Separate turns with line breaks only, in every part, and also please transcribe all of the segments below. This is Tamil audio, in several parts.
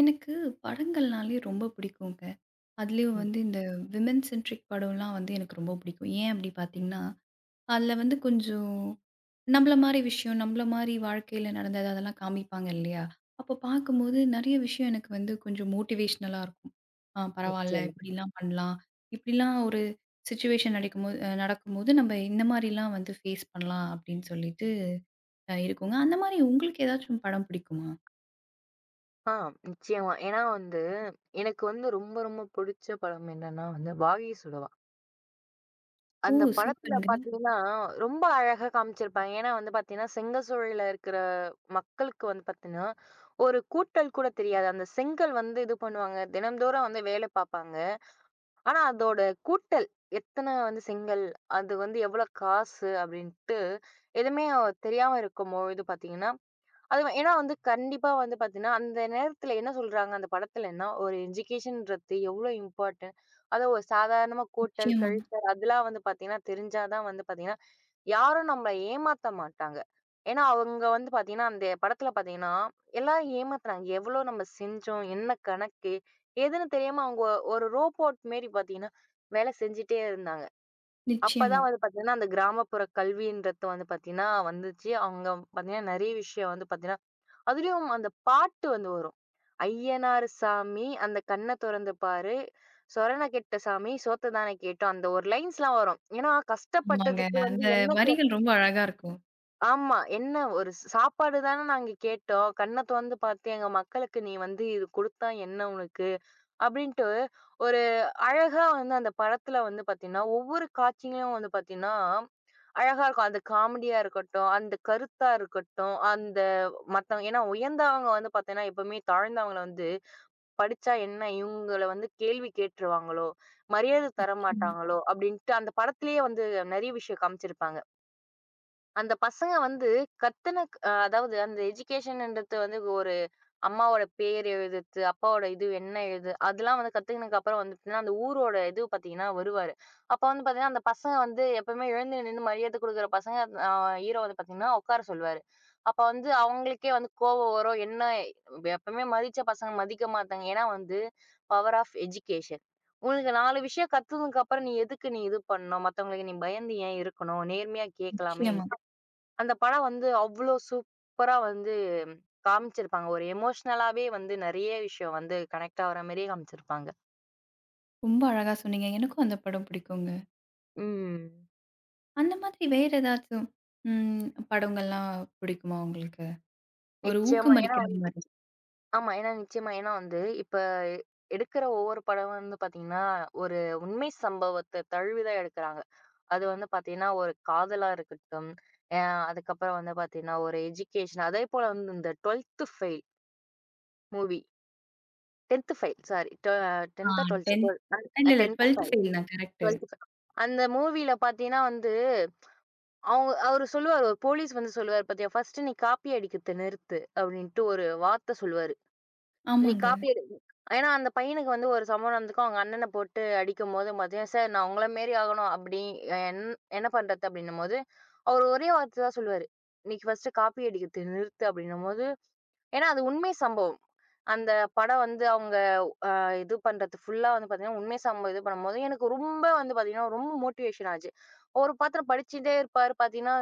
எனக்கு படங்கள்னாலே ரொம்ப பிடிக்குங்க. அதுலயும்
ம்.
வந்து இந்த விமென் சென்ட்ரிக் படம்லாம் வந்து எனக்கு ரொம்ப பிடிக்கும். ஏன் அப்படி பார்த்தீங்கன்னா, அதுல வந்து கொஞ்சம் நம்மள மாரி விஷயம், நம்மள மாரி வாழ்க்கையில நடந்தது அதெல்லாம் காமிப்பாங்க இல்லையா? அப்போ பார்க்கும்போது நெறைய விஷயம் எனக்கு வந்து கொஞ்சம் மோட்டிவேஷனலா இருக்கும். ஆ, பரவால்ல,
நிச்சயமா.
இப்படிலாம் பண்ணலாம். இப்படிலாம் ஒரு சிச்சுவேஷன் நடிக்கும்போது நடக்கும்போது நம்ம இந்த மாரிலாம் வந்து ஃபேஸ் பண்ணலாம் அப்படின்னு சொல்லிட்டு இருக்குங்க. அந்த மாரி உங்களுக்கு ஏதாச்சும் படம் பிடிக்குமா?
ஆ நிச்சயமா. ஏன்னா வந்து, எனக்கு வந்து ரொம்ப, ரொம்ப புடிச்ச படம் என்னன்னா வந்து, "வாகை சுடவா".
ஓ!
அந்த படத்துல
சூப்பருங்க.
பாத்தீங்கன்னா, ரொம்ப அழகா காமிச்சிருப்பாங்க. ஏன்னா வந்து பாத்தீங்கன்னா, செங்கல்சூளையில இருக்கிற மக்களுக்கு வந்து பாத்தீங்கன்னா, ஒரு கூட்டல் கூட தெரியாது. அந்த செங்கல் வந்து இது பண்ணுவாங்க. தினம்தோறும் வந்து வேலை பாப்பாங்க. ஆனா அதோட கூட்டல், எத்தன வந்து செங்கல், அது வந்து எவ்வளோ காசு அப்படின்ட்டு, எதுவுமே தெரியாம இருக்கும்பொழுது பாத்தீங்கன்னா, ஏன்னா வந்து கண்டிப்பா வந்து பார்த்தீங்கன்னா, அந்த நேரத்தில என்ன சொல்றாங்க அந்த படத்துலன்னா, ஒரு எஜுகேஷன்றது எவ்வளோ இம்பார்ட்டன்ட். அத ஒரு சாதாரணமா கூட்டல்,
நிச்சயமா,
கழித்தல் அதெல்லாம் வந்து பார்த்தீங்கன்னா, தெரிஞ்சா தான் வந்து பார்த்தீங்கன்னா, யாரும் நம்மள ஏமாத்த மாட்டாங்க. ஏன்னா அவங்க வந்து பார்த்தீங்கன்னா, அந்த படத்துல பார்த்தீங்கன்னா, எல்லாரும் ஏமாத்துனாங்க. எவ்வளோ நம்ம செஞ்சோம்? என்ன கணக்கு? ஏதுன்னு தெரியாம அவங்க ஒரு ரோபோட் மாரி பார்த்தீங்கன்னா, வேலை செஞ்சுட்டே இருந்தாங்க. அப்பதான்
நிச்சயமா.
வந்து பார்த்தீங்கன்னா, அந்த கிராமப்புற கல்வின்றது வந்து பார்த்தீங்கன்னா வந்துச்சு. அவங்க பார்த்தீங்கன்னா, நெறைய விஷயம் வந்து பார்த்தீங்கன்னா அதுலயும் அந்த பாட்டு வந்து வரும். "ஐயனார் சாமி அந்த கண்ண தொறந்து பாரு, சொரண கெட்ட சாமி சோத்த தானே கேட்டோம்." அந்த ஒரு லைன்ஸ்லாம் வரும். ஏன்னா
ஆமாங்க.
கஷ்டப்பட்டதுக்கு வந்து
அந்த
என்ன
வரிகள்
கேட்டோம்
ரொம்ப அழகா இருக்கும்.
ஆமா. என்ன ஒரு சாப்பாடு தானே நாங்க கேட்டோம். கண்ண தொறந்து பார்த்து எங்க மக்களுக்கு நீ வந்து இது குடுத்தா என்ன உனக்கு? அப்படின்ட்டு ஒரு அழகா வந்து அந்த படத்துல வந்து பார்த்தீங்கன்னா, ஒவ்வொரு காட்சியிலும் வந்து பார்த்தீங்கன்னா அழகா இருக்கும். அது காமெடியா இருக்கட்டும், அந்த கருத்தா இருக்கட்டும், அந்த மத்தவங்க ஏன்னா உயர்ந்தவங்க வந்து பார்த்தீங்கன்னா, எப்பவுமே தாழ்ந்தவங்கள வந்து படிச்சா என்ன இவங்கள வந்து கேள்வி கேட்டுருவாங்களோ, மரியாதை
நிச்சயமா,
தரமாட்டாங்களோ அப்படின்ட்டு அந்த படத்திலேயே வந்து நெறைய விஷயம் காமிச்சிருப்பாங்க. அந்த பசங்க வந்து கத்துன க் அதாவது அந்த எஜுகேஷன்ன்றது வந்து ஒரு அம்மாவோட பேர் எழுதுறது, அப்பாவோட இது என்ன எழுது, அதெல்லாம் வந்து கத்துக்கினதுக்கு அப்புறம் வந்து பார்த்தீங்கன்னா, அந்த ஊரோட இது பார்த்தீங்கன்னா வருவாரு. அப்ப வந்து பார்த்தீங்கன்னா, அந்த பசங்க வந்து எப்பவுமே எழுந்து நின்னு மரியாதை குடுக்குற பசங்க அ ஹீரோ வந்து பார்த்தீங்கன்னா உட்கார சொல்லுவாரு. அப்ப வந்து அவங்களுக்கே வந்து கோவம் வரும். என்ன எப்பவுமே மதிச்ச பசங்க மதிக்க மாட்டாங்க. ஏன்னா வந்து பவர் ஆஃப் எஜுகேஷன். உனக்கு 4 விஷயம் கத்துனதுக்கு அப்புறம் நீ எதுக்கு நீ இது பண்ணணும்? மத்தவங்களுக்கு நீ பயந்து ஏன் இருக்கணும்? நேர்மையா
நிச்சயமா.
கேட்கலாமேன்ட்டு. அந்த படம் வந்து அவ்ளோ சூப்பரா வந்து காமிச்சிருப்பாங்க. ஒரு எமோஷனலாவே வந்து நெறைய விஷயம் வந்து கனெக்ட் ஆகுற மாரியே காமிச்சிருப்பாங்க.
ரொம்ப அழகா சொன்னீங்க. எனக்கும் அந்த படம் பிடிக்குங்க.
ம்.
அந்த மாதிரி வேற ஏதாச்சும் ம் படங்கள்லாம் பிடிக்குமா உங்களுக்கு? ஒரு
நிச்சயமா. ஏன்னா
ஊக்கமளிக்கிற
வந்து
மாரி.
ஆமா. ஏன்னா நிச்சயமா. ஏன்னா வந்து இப்ப எடுக்கிற ஒவ்வொரு படம் வந்து பார்த்தீங்கன்னா, ஒரு உண்மை சம்பவத்த தழுவி தான் எடுக்குறாங்க. அது வந்து பார்த்தீங்கன்னா, ஒரு காதலா இருக்கட்டும், அ அதுக்கப்புறம் வந்து பார்த்தீங்கன்னா, ஒரு எஜுகேஷன் அதேபோல வந்து இந்த 12த் ஃபெயில் மூவி 10த் ஃபெயில் சாரி
ஆ,
10த்தா 12த்தா
10த்,
12
இல்ல, இல்ல,
10த்
12த்
ஃபெயில்
ஃபெயில் தான் கரெக்ட்டு.
12த் ஃபெயில் அந்த மூவில பார்த்தீங்கன்னா வந்து அவங்க அவரு சொல்லுவாரு. ஒரு போலீஸ் வந்து சொல்லுவாரு பாத்தியா, "ஃபர்ஸ்ட்டு நீ காப்பி அடிக்கிறத நிறுத்து" அப்படின்ட்டு ஒரு வார்த்த சொல்லுவாரு. "நீ
ஆமாங்க.
காப்பி அடி" ஏன்னா அந்த பையனுக்கு வந்து ஒரு சம்பவம் நடந்திருக்கும். அவங்க அண்ணன போட்டு அடிக்கும்போது பாத்தீங்கன்னா, "சார் நான் உங்கள மாரி ஆகணும் அப்படி என் என்ன பண்றது?" அப்படின்னும்போது, அவரு ஒரே வார்த்த தான் சொல்லுவாரு. "நீ ஃபர்ஸ்ட்டு காப்பி அடிக்கிறத நிறுத்து" அப்படின்னும்போது ஏன்னா அது உண்மை சம்பவம். அந்த படம் வந்து அவங்க அ இது பண்றது ஃபுல்லா வந்து பார்த்தீங்கன்னா, உண்மை சம்பவம் இது பண்ணும்போது, எனக்கு ரொம்ப வந்து பார்த்தீங்கன்னா, ரொம்ப மோட்டிவேஷன் ஆச்சு. ஒரு பாத்திரம் படிச்சுட்டே இருப்பாரு பார்த்தீங்கன்னா,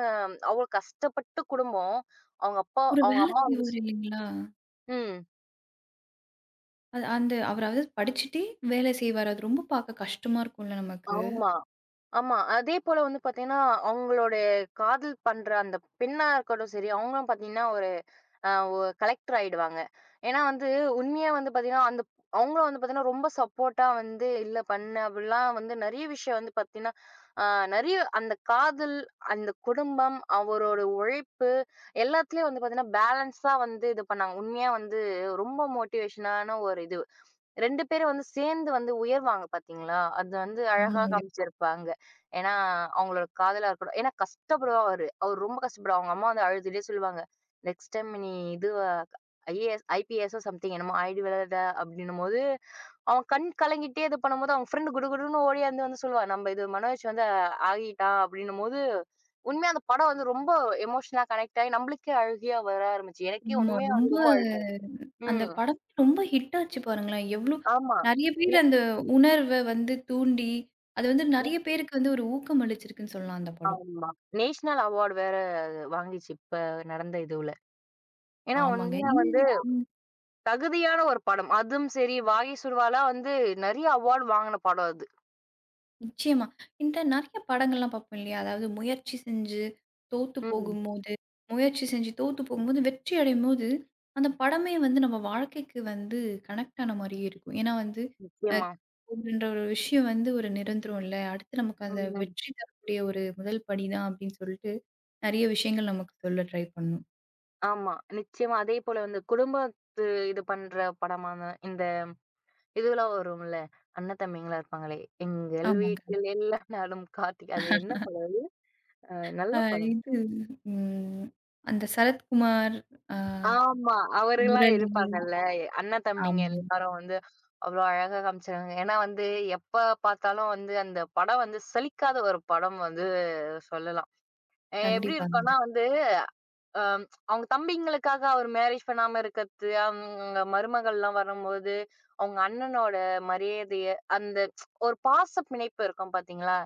அவ்வளோ கஷ்டப்பட்டு குடும்பம். அவங்க அப்பா
ஒரு
அவங்க
வேலை
அம்மா வந்து
செய்வாரு இல்லைங்களா?
ம்.
அது அந்த அவர் அதாவது படிச்சுட்டே வேலை செய்வாரு. அது ரொம்ப பார்க்க கஷ்டமா இருக்கும்ல நமக்கு.
ஆமா. ஆமா. அதேபோல வந்து பார்த்தீங்கன்னா, அவங்களோட காதல் பண்ற அந்த பெண்ணா இருக்கட்டும் சரி, அவங்களும் பார்த்தீங்கன்னா ஒரு அ ஒ கலெக்டர் ஆயிடுவாங்க. ஏன்னா வந்து உண்மையா வந்து பார்த்தீங்கன்னா, அந்த அவங்களும் வந்து பார்த்தீங்கன்னா, ரொம்ப சப்போர்ட்டா வந்து "இல்ல பண்ணு" அப்படிலாம் வந்து நெறைய விஷயம் வந்து பார்த்தீங்கன்னா, அ நெறைய அந்த காதல், அந்த குடும்பம், அவரோட உழைப்பு எல்லாத்துலயும் வந்து பார்த்தீங்கன்னா, பேலன்ஸா வந்து இது பண்ணாங்க. உண்மையா வந்து ரொம்ப மோட்டிவேஷனான ஒரு இது. 2 பேரும் வந்து சேர்ந்து வந்து உயர்வாங்க பார்த்தீங்களா? அது வந்து அழகா
ஆமாங்க.
காமிச்சிருப்பாங்க. ஏன்னா, அவங்களோட காதலா இருக்கட்டும் ஏன்னா கஷ்டப்படுவாரு அவரு. அவரு ரொம்ப கஷ்டப்படுவாரு. அவங்க அம்மா வந்து அழுதுட்டே சொல்லுவாங்க. "நெக்ஸ்ட் டைம் நீ இதுவா ஐஏஎஸ், ஐபிஎஸ்ஸோ சம்திங் என்னமோ ஆயிடுவலடா" அப்டின்னும்போது, அவன் கண் கலங்கிட்டே இது பண்ணும்போது, அவங்க ஃப்ரெண்ட் குடுகுடுன்னு ஓடியாந்து வந்து சொல்லுவா. "நம்ம இது மனோஜ் வந்து ஆகிட்டான்" அப்டின்னும்போது, உண்மையா அந்த படம் வந்து ரொம்ப எமோஷனலா கனெக்ட் ஆகி நம்மளுக்கே அழுகையா வர ஆரம்பிச்சு. எனக்கே
ஆமா,
உண்மையா வந்து
ரொம்ப.
ரொம்ப அழுக
அந்த
ம்.
படம் ரொம்ப ஹிட் ஆச்சு பாருங்களேன். எவ்ளோ
ஆமா.
நெறைய பேர் அந்த உணர்வ வந்து தூண்டி, அது வந்து நெறைய பேருக்கு வந்து ஒரு ஊக்கம் அளிச்சிருக்குன்னு சொல்லலாம் அந்த படம்.
ஆமா. நேஷனல் அவார்ட் வேற வாங்கிச்சு இப்ப நடந்த இதுவுல. ஏன்னா
ஆமாங்க.
உண்மையா வந்து தகுதியான ஒரு படம். அதுவும் சரி, 'வாகை சுடுவா'ல வந்து நெறைய அவார்ட் வாங்குன படம் அது.
நிச்சயமா. இந்த நெறைய படங்கள்லாம் பார்ப்போம் இல்லையா? அதாவது முயற்சி செஞ்சு தோத்து
ம்.
போகும்போது, முயற்சி செஞ்சு தோத்து போகும்போது, வெற்றி அடையும்போது, அந்த படமே வந்து நம்ம வாழ்க்கைக்கு வந்து கனெக்ட் ஆன மாரியே இருக்கும். ஏன்னா வந்து அ
நிச்சயமா.
அப்படின்ற ஒரு விஷயம் வந்து ஒரு நிரந்தரம் இல்ல. அடுத்து நமக்கு அந்த
ம்.
வெற்றி தரக்கூடிய ஒரு முதல் படி தான் அப்படின்னு சொல்லிட்டு, நெறைய விஷயங்கள் நமக்கு சொல்ல ட்ரை பண்ணும்.
ஆமா. நிச்சயமா. அதேபோல வந்து குடும்பத்து இது பண்ற படமான இந்த இதுவெல்லாம் வரும்ல. அண்ணன் தம்பிங்களா இருப்பாங்களே. எங்கள்
ஆமாங்க.
வீட்டில் எல்லா நாளும் கார்த்திகை. அது என்ன படம்? அ நல்ல
அ
படம்.
இது ம் அந்த சரத்குமார், அ
ஆமா. அவர்கள்லாம்
முரளி.
இருப்பாங்கல்ல. அண்ணன், தம்பிங்க
ஆமாங்க.
எல்லாரும் வந்து அவ்ளோ அழகா காமிச்சாங்க. ஏன்னா வந்து எப்ப பார்த்தாலும் வந்து அந்த படம் வந்து சலிக்காத ஒரு படம் வந்து சொல்லலாம். எப்படி இருக்கும்னா
கண்டிப்பாங்க.
வந்து அ அவங்க தம்பிங்களுக்காக அவர் மேரேஜ் பண்ணாம இருக்கிறது, அவங்க மருமகள்லாம் வரும்போது, அவங்க அண்ணனோட மரியாதைய அந்த ஒரு பாச பிணைப்பு இருக்கும் பார்த்தீங்களா?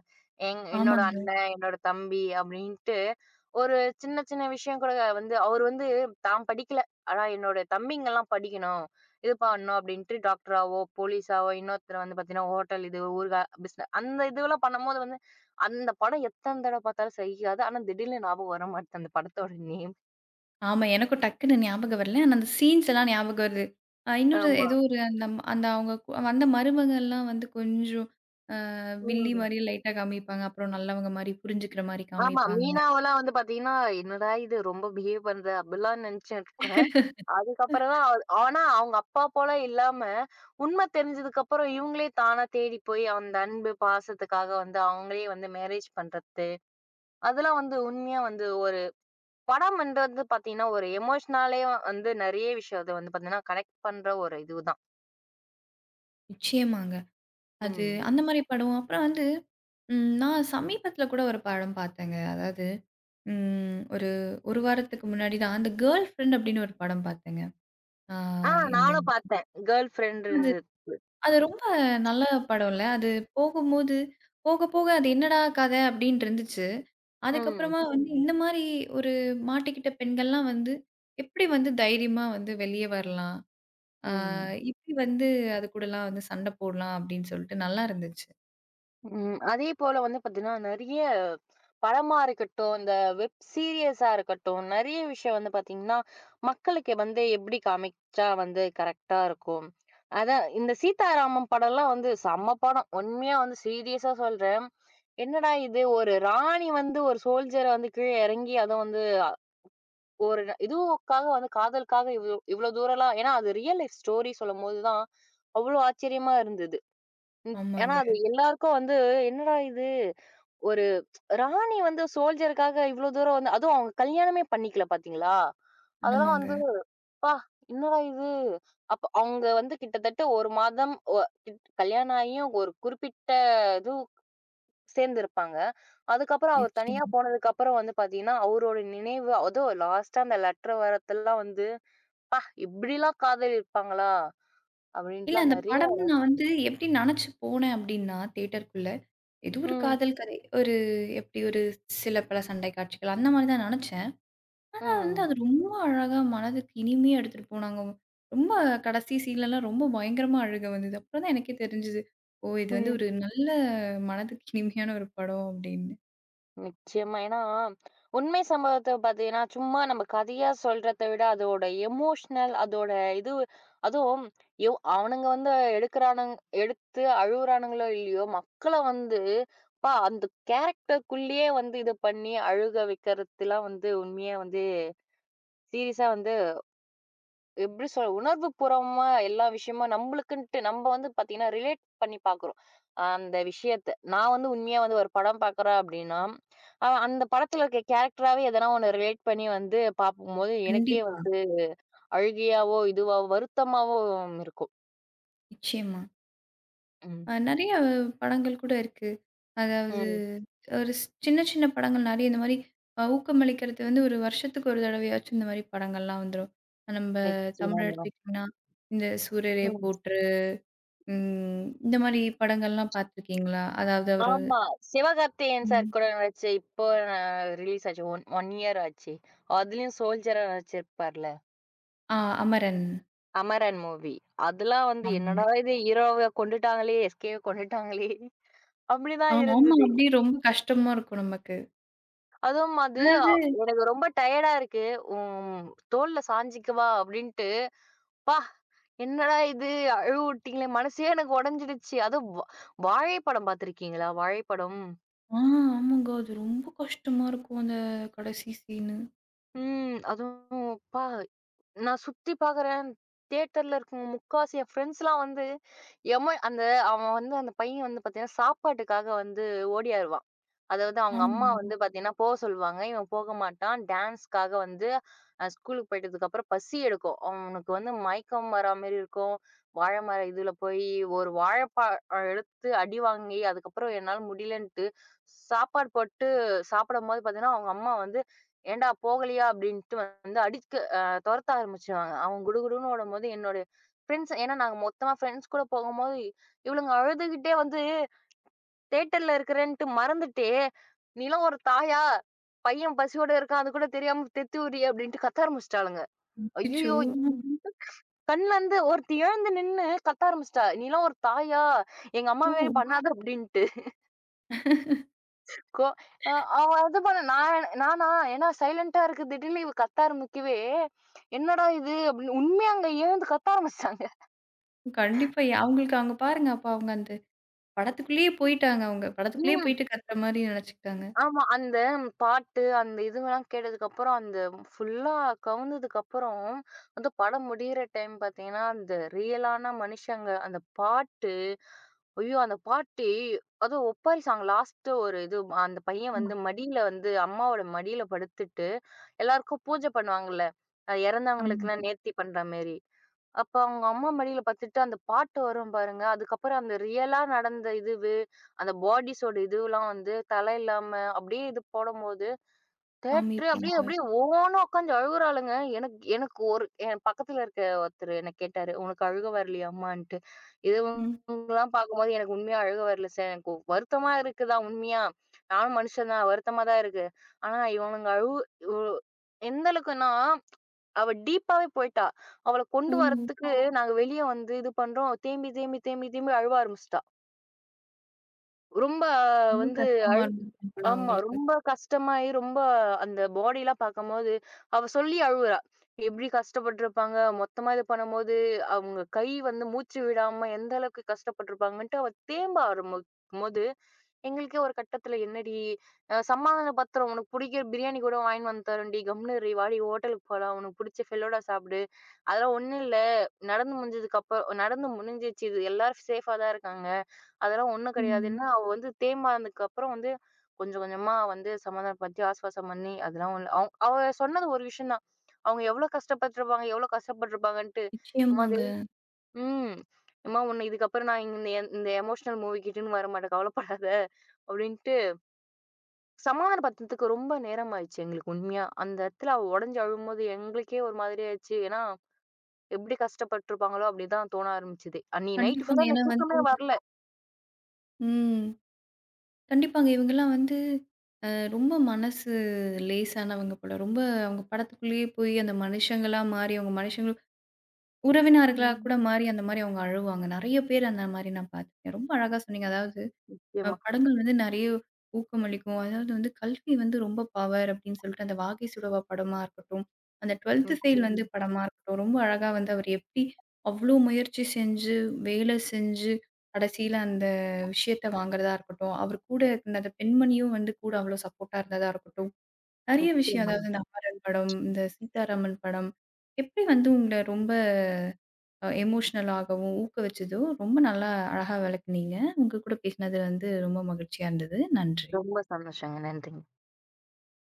என்னோட
ஆமாங்க.
அண்ணன், என்னோட தம்பி அப்படின்ட்டு ஒரு சின்ன சின்ன விஷயம் கூட வந்து அவர் வந்து தான் படிக்கல. ஆனா என்னோட தம்பிங்கலாம் படிக்கணும். இது பண்ணணும் அப்படின்ட்டு டாக்டராவோ, போலீஸாவோ, இன்னொருத்தர் வந்து பார்த்தீங்கன்னா, ஹோட்டல் இது ஊர்கா பிஸ்ன அந்த இதுவெல்லாம் பண்ணும்போது வந்து, அந்த படம் எத்தன தடவ பார்த்தாலும் சகிக்காது. ஆனா திடீர்னு ஞாபகம் வரமாட்டுது அந்த படத்தோட நேம்.
ஆமா. எனக்கும் டக்குன்னு ஞாபகம் வரல. ஆனா அந்த சீன்ஸ் எல்லாம் ஞாபகம் வருது. இன்னொரு
ஆமா.
ஏதோ ஒரு அந்த அந்த அவங்க வந்த மருமகள்லாம் வந்து கொஞ்சம் வில்லி
ம்.
மாரி லைட்டா காமிப்பாங்க. அப்புறம் நல்லவங்க மாரி புரிஞ்சுக்கிற மாரி
ஆமா.
காமிப்பாங்க.
மீனாவெல்லாம் வந்து பார்த்தீங்கன்னா, என்னடா இது ரொம்ப பிஹேவ் பண்ற அப்படிலாம் நினைச்சுருக்கேன். ஆனா அவங்க அப்பா போல இல்லாம, உண்மை தெரிஞ்சதுக்கப்புறம் இவங்களே தானா தேடி போய் அந்த அன்பு, பாசத்துக்காக வந்து அவங்களே வந்து மேரேஜ் பண்றது. அதெல்லாம் வந்து உண்மையா வந்து ஒரு படம்ன்றது பார்த்தீங்கன்னா, ஒரு எமோஷனலாலே வந்து நெறைய விஷயம் அது வந்து பார்த்தீங்கன்னா, கனெக்ட் பண்ற ஒரு இதுதான்.
நிச்சயமாங்க. அது
ம்.
அந்த மாரி படம். அப்புறம் வந்து நான் சமீபத்தில கூட ஒரு படம் பார்த்தேங்க. அதாவது ஒரு 1 வாரத்துக்கு முன்னாடி தான் அந்த கேர்ள் ஃபிரெண்ட் அப்படின்னு ஒரு படம் பார்த்தேங்க. ஆ,
ஆ
இந்த,
நானும் பார்த்தேன். கேர்ள் ஃபிரெண்ட் இருந்தது.
அது ரொம்ப நல்ல படம்ல. அது போகும்போது, போக போக அது என்னடா கதை அப்டின்ட்டு இருந்துச்சு.
ம்.
அதுக்கப்புறமா வந்து இந்த மாரி ஒரு மாட்டிக்கிட்ட பெண்கள்லாம் வந்து, எப்டி வந்து தைரியமா வந்து வெளிய வரலாம்? ஆ,
ம்.
எப்டி வந்து அது கூடலாம் வந்து சண்ட போடலாம் அப்டின்னு சொல்லிட்டு நல்லா இருந்துச்சு.
ம். அதே போல வந்து பார்த்தீங்கன்னா, நெறைய படமா இருக்கட்டும், இந்த வெப் சீரியஸா இருக்கட்டும், நெறைய விஷயம் வந்து பார்த்தீங்கன்னா, மக்களுக்கு வந்து எப்படி காமிச்சா வந்து கரெக்ட்டா இருக்கும். அதான் இந்த சீதாராமம் படம்லாம் வந்து செம்ம படம். உண்மையா வந்து சீரியஸா சொல்றேன். என்னடா இது ஒரு ராணி வந்து ஒரு சோல்ஜர வந்து கீழ இறங்கி அதுவும் வந்து இதுவுக்காக வந்து காதலுக்காக இவ்ளோ இவ்ளோ தூரம்லாம் ஏன்னா அது ரியல் லைஃப் ஸ்டோரி சொல்லும்போது தான் அவ்ளோ ஆச்சரியமா இருந்தது. ம். ஏன்னா
ஆமாங்க,
அது எல்லாருக்கும் வந்து என்னடா இது ஒரு ராணி வந்து சோல்ஜருக்காக இவ்ளோ தூரம் வந்து அதுவும் அவங்க கல்யாணமே பண்ணிக்கல பாத்தீங்களா? அதெல்லாம்
ஆமாங்க.
வந்து அப்பா! என்னடா இது? அப்ப அவங்க வந்து கிட்டத்தட்ட 1 மாதம் ஒ கிட் கல்யாணம் ஆகியும் ஒரு குறிப்பிட்ட இது சேர்ந்திருப்பாங்க. அதுக்கப்புறம் அவர் தனியா
நிச்சயமா.
போனதுக்கப்புறம் வந்து பாத்தீங்கன்னா, அவரோட நினைவு அதுவும் லாஸ்ட்டா அந்த லெட்டர் வரத்துலலாம் வந்து, "இப்படிலாம் காதலிப்பாங்களா?"
இல்ல,
அப்படின்ட்டுலாம்
அந்த
நெறைய
படமும் நான் வந்து எப்டி நெனச்சு போனேன் அப்டின்னா, தியேட்டருக்குள்ள ஏதோ ஒரு
ம்,
காதல் கதை. ஒரு எப்டி ஒரு சில பல சண்டை காட்சிகள் அந்த மாரி தான் நெனச்சேன். வந்து
ம்,
அது ரொம்ப அழகா மனதுக்கு இனிமையா எடுத்துட்டு போனாங்க. ரொம்ப கடைசி சீன்லலாம் ரொம்ப பயங்கரமா அழுகை வந்தது. அப்புறம் தான் எனக்கே தெரிஞ்சது. ஓ! இது வந்து
ம்.
ஒரு நல்ல மனதுக்கு இனிமையான ஒரு படம் அப்படின்னு.
நிச்சயமா. ஏன்னா, உண்மை சம்பவத்த பார்த்தீங்கன்னா, சும்மா நம்ம கதையா சொல்றத விட, அதோட எமோஷனல் அதோட இது அதுவும் அவனுங்க வந்து எடுக்குறானுங் எடுத்து அழுவுறானுங்களோ இல்லையோ, மக்கள வந்து அப்பா அந்த கேரக்டருக்குள்ளேயே வந்து இது பண்ணி அழுக வைக்கிறதுலாம் வந்து உண்மையா வந்து சீரியஸா வந்து எப்படி சொல்ல? உணர்வுபூர்வமா எல்லா விஷயமும் நம்பளுக்குன்ட்டு நம்ப வந்து பார்த்தீங்கன்னா, ரிலேட் பண்ணி பார்க்குறோம். அந்த விஷயத்த. நான் வந்து உண்மையா வந்து ஒரு படம் பார்க்குறேன் அப்டின்னா, அந்த படத்துல இருக்க கேரக்டராவே எதனா ஒண்ணு ரிலேட் பண்ணி வந்து பார்க்கும்போது, எனக்கே
கண்டிப்பா.
வந்து அழுகையாவோ, இதுவாவோ, வருத்தமாவோ இருக்கும்.
நிச்சயமா.
ம்.
நெறைய படங்கள் கூட இருக்கு. அதாவது
ம்.
ஒரு சின்ன சின்ன படங்கள் நெறைய இந்த மாரி ஊக்கமளிக்கிறது வந்து ஒரு வருஷத்துக்கு ஒரு தடவையாச்சும் இந்த மாரி படங்கள்லாம் வந்துரும். நம்ப தமிழ்
நிச்சயமா.
எடுத்துக்கிட்டீங்கன்னா, இந்த "சூரரை
ம்.
போற்று", இந்த மாரி படங்கள்லாம் பார்த்துருக்கீங்களா? அதாவது அவரு.
ஆமா. சிவகார்த்திகேயன் சார்
ம்.
கூட நடிச்ச இப்போ அ ரிலீஸ் ஆச்சு. ஒன் 1 இயர் ஆச்சு. அதுலயும் சோல்ஜரா நடிச்சிருப்பார்ல.
ஆ, அமரன்.
அமரன் மூவி. அதெல்லாம் வந்து என்னடா
ஆமாங்க.
இது ஹீரோவ கொன்னுட்டாங்களே! எஸ்கேவ கொன்னுட்டாங்களே! அப்படிதான்
ஆமா,
இருந்தது.
அப்டியே ரொம்ப கஷ்டமா இருக்கும் நமக்கு.
அதுவும் அது அ
அதாவது.
எனக்கு ரொம்ப டயர்டா இருக்கு. உன் தோள்ல சாஞ்சுக்கவா அப்படின்ட்டு, "அப்பா! என்னடா இது அழுவ வுட்டீங்களே! மனசே எனக்கு உடைஞ்சிடுச்சு." அதுவும் வ வாழைப்படம் பார்த்துருக்கீங்களா? வாழைப்படம்.
ஆ ஆமாங்க. அது ரொம்ப கஷ்டமா இருக்கும் அந்த கடைசி சீனு.
ம். அதுவும் அப்பா! நான் சுத்தி பார்க்குறேன். தியேட்டர்ல இருக்கவங்க முக்காவாசி என் ஃப்ரெண்ட்ஸ்லாம் வந்து அந்த அவன் வந்து அந்த பையன் வந்து பார்த்தீங்கன்னா, சாப்பாட்டுக்காக வந்து ஓடியாரு அதாவது அவங்க அம்மா
ஆமாங்க.
வந்து பாத்தீங்கன்னா, போ சொல்லுவாங்க. இவன் போக மாட்டான். டான்ஸ்‌க்காக வந்து ஸ்கூலுக்கு போயிட்டதுக்கு அப்புறம் பசி எடுக்கும். அவனுக்கு வந்து மயக்கம் வர மாரி இருக்கும். வாழை மரம் இதுல போய் ஒரு வாழைப்பழ எடுத்து அடி வாங்கி, அதுக்கப்புறம் என்னால முடியலன்ட்டு சாப்பாடு போட்டு சாப்பிடும்போது பாத்தீங்கன்னா, அவங்க அம்மா வந்து, "ஏன்டா போகலையா?" அப்படின்ட்டு வந்து அடிக்க அ தொரத்த ஆரம்பிச்சுருவாங்க. அவன் குடுகுடுன்னு ஓடும்போது என்னோட ஃப்ரெண்ட்ஸ் ஏன்னா நாங்க மொத்தமா ஃப்ரெண்ட்ஸ் கூட போகும்போது, இவளுங்க அழுதுகிட்டே வந்து தியேட்டர்ல இருக்கிறேன்ட்டு மறந்துட்டு, "நீலாம் ஒரு தாயா? பையன் பசியோட இருக்கான். அது கூட தெரியாம தெத்து ஊர்றியே!" அப்படின்ட்டு கத்த ஆரம்பிச்சுட்டாளுங்க.
அச்சச்சோ!
ஐயய்யோ!
ம்.
கண்லருந்து ஒருத்தி எழுந்து நின்னு கத்த ஆரம்பிச்சுட்டா. "நீலாம் ஒரு தாயா? எங்க அம்மா
ஓ!
மாரி பண்ணாத!" அப்படின்ட்டு. கோ அ அவ இது பண்ண நானா ஏன்னா சைலன்ட்டா இருக்கு. திடீர்னு இவ கத்த ஆரம்பிக்கவே, "என்னடா இது?" அப்படின்னு உண்மையா அங்க எழுந்து கத்த ஆரம்பிச்சுட்டாங்க.
கண்டிப்பா. அவங்களுக்கு அங்க பாருங்க அப்ப அவங்க அந்த படத்துக்குள்ளேயே போயிட்டாங்க அவங்க. படத்துக்குள்ளேயே போயிட்டு கத்துற மாரி நெனச்சுக்கிட்டாங்க.
ஆமா. அந்த பாட்டு, அந்த இதுவெல்லாம் கேட்டதுக்கப்புறம், அந்த ஃபுல்லா கவுந்ததுக்கப்புறம், வந்து படம் முடியிற டைம் பார்த்தீங்கன்னா, அந்த ரியலான மனுஷங்க, அந்த பாட்டு ஐயோ! அந்த பாட்டு அதுவும் ஒப்பாரி சாங் லாஸ்ட்டு ஒரு இது அந்த பையன்
ம்.
வந்து மடியில வந்து அம்மாவோட மடியில படுத்துட்டு, எல்லாருக்கும் பூஜை பண்ணுவாங்கல்ல.
ஆமாங்க.
இறந்தவங்களுக்குலாம் நேர்த்தி பண்ற மேரி. அப்ப அவங்க அம்மா மடியில பாத்துட்டு அந்த பாட்டு வரும் பாருங்க. அதுக்கப்புறம் அந்த ரியலா நடந்த இதுவு, அந்த பாடிஸோட இதுவெல்லாம் வந்து தலை இல்லாம அப்படியே இது போடும்போது, தியேட்டரு அப்டியே
காமிப்பாங்க.
அப்டியே ஓன்னு உட்காந்து அழுவுறாளுங்க. எனக்கு எனக்கு ஒரு என் பக்கத்துல இருக்க ஒருத்தரு என்ன கேட்டாரு, "உனக்கு அழுக வரலையா அம்மான்ட்டு?"
ம்.
இதுவங்கலாம் பார்க்கும்போது எனக்கு உண்மையா அழுக வரல சார். எனக்கு வருத்தமா இருக்குதா உண்மையா. நானும் மனுஷன் தான் வருத்தமா தான் இருக்கு. ஆனா இவனுங்க அழு உ எந்த அளவுக்குன்னா, அவ டீப்பாவே போயிட்டா. அவள
ஓ!
கொண்டு வரத்துக்கு ஆமா. நாங்க வெளிய வந்து இது பண்றோம். தேம்பி தேம்பி தேம்பி தேம்பி அழுவ ஆரம்பிச்சுட்டா. ரொம்ப
ரொம்ப
வந்து ஆ.
கஷ்டமா இருந்திருக்கும் போல
ஆமா.
அவங்களுக்கு.
ரொம்ப கஷ்டமாயி, ரொம்ப அந்த பாடிலாம் பார்க்கும்போது, அவ சொல்லி அழுவுறா. எப்டி கஷ்டப்பட்டுருப்பாங்க, மொத்தமா இது பண்ணும்போது, அவங்க கை வந்து மூச்சு விடாம எந்த அளவுக்கு கஷ்டப்பட்டுருப்பாங்கன்ட்டு அவ தேம்ப ஆரம்பிக்கும்போது, எங்களுக்கே ஒரு கட்டத்துல என்னடி சமாதான படுத்துறோம். உனக்கு பிடிக்கிற பிரியாணி கூட வாங்கின்னு வந்து தர்றேன்டி, கம்முனு இரு. வாடி ஹோட்டலுக்கு போலாம். உனக்கு பிடிச்ச ஃபெல்லோடா சாப்பிடு. அதெல்லாம் ஒண்ணும் இல்ல. நடந்து முடிஞ்சதுக்கு அப்புறம் நடந்து முடிஞ்சிருச்சு. இது எல்லாரும் சேஃபா தான் இருக்காங்க. அதெல்லாம் ஒண்ணும்
ம்.
கிடையாதுன்னா, அவ வந்து தேம்பானதுக்கு அப்புறம் வந்து கொஞ்சம் கொஞ்சமா வந்து சமாதானப்படுத்தி, ஆஸ்வாசம் பண்ணி அதெல்லாம் ஒண்ணும் அவ சொன்னது ஒரு விஷயம் தான். அவங்க எவ்வளோ கஷ்டப்பட்டுருப்பாங்க, எவ்வளோ கஷ்டப்பட்டுருப்பாங்கன்ட்டு. "எம்மா
நிச்சயமாங்க.
ம். "அம்மா உன்ன இதுக்கப்புறம் நான் இங்க இந்த இந்த எமோஷனல் மூவி கிட்டன்னு வரமாட்டேன். கவலைப்படாத." அப்படின்ட்டு சமாதானப்படுத்துறதுக்கு ரொம்ப நேரம் ஆயிடுச்சு எங்களுக்கு உண்மையா. அந்த இடத்துல அவ உடைஞ்சு அழும்போது எங்களுக்கே ஒரு மாதிரி ஆயிடுச்சு. ஏன்னா, எப்படி கஷ்டப்பட்டுருப்பாங்களோ அப்படிதான் தோண ஆரம்பிச்சது. அன்னைக்கு நைட்
கண்டிப்பாங்க.
ஃபுல்லா
ஏன்னா
எனக்கு
வந்து.
தூக்கமே வரல.
ம். கண்டிப்பாங்க. இவங்கலாம் வந்து அ ரொம்ப மனசு லேசானவங்க போல. ரொம்ப அவங்க படத்துக்குள்ளேயே போய் அந்த மனுஷங்களா மாறி, அவங்க மனுஷங்களும் உறவினர்களா
ம்.
கூட மாறி அந்த மாரி அவங்க அழுவாங்க. நெறைய பேர் அந்த மாரி நான் பார்த்துருக்கேன். ரொம்ப அழகா சொன்னீங்க. அதாவது
நிச்சயமா.
படங்கள் வந்து நெறைய ஊக்கமளிக்கும். அதாவது வந்து கல்வி வந்து ரொம்ப பவர் அப்படின்னு சொல்லிட்டு அந்த 'வாகை சுடவா' படமா இருக்கட்டும், அந்த 12த் ஃபெயில்
நிச்சயமா,
வந்து படமா இருக்கட்டும், ரொம்ப அழகா வந்து அவர் எப்படி அவ்ளோ முயற்சி செஞ்சு, வேலை செஞ்சு கடைசியில அந்த விஷயத்த வாங்குறதா இருக்கட்டும், அவர் கூட இருந்த அந்த பெண்மணியும் வந்து கூட அவ்ளோ சப்போர்ட்டா இருந்ததா இருக்கட்டும். நெறைய விஷயம்
நிச்சயமா.
அதாவது இந்த அமரன் படம், இந்த சீதாராமன் படம் எப்படி வந்து உங்கள ரொம்ப எமோஷனலாகவும், ஊக்குவிச்சதோ ரொம்ப நல்லா அழகா விளக்குனீங்க. உங்க கூட பேசினது வந்து ரொம்ப மகிழ்ச்சியா இருந்தது. நன்றி.
ரொம்ப சந்தோஷங்க. நன்றிங்க.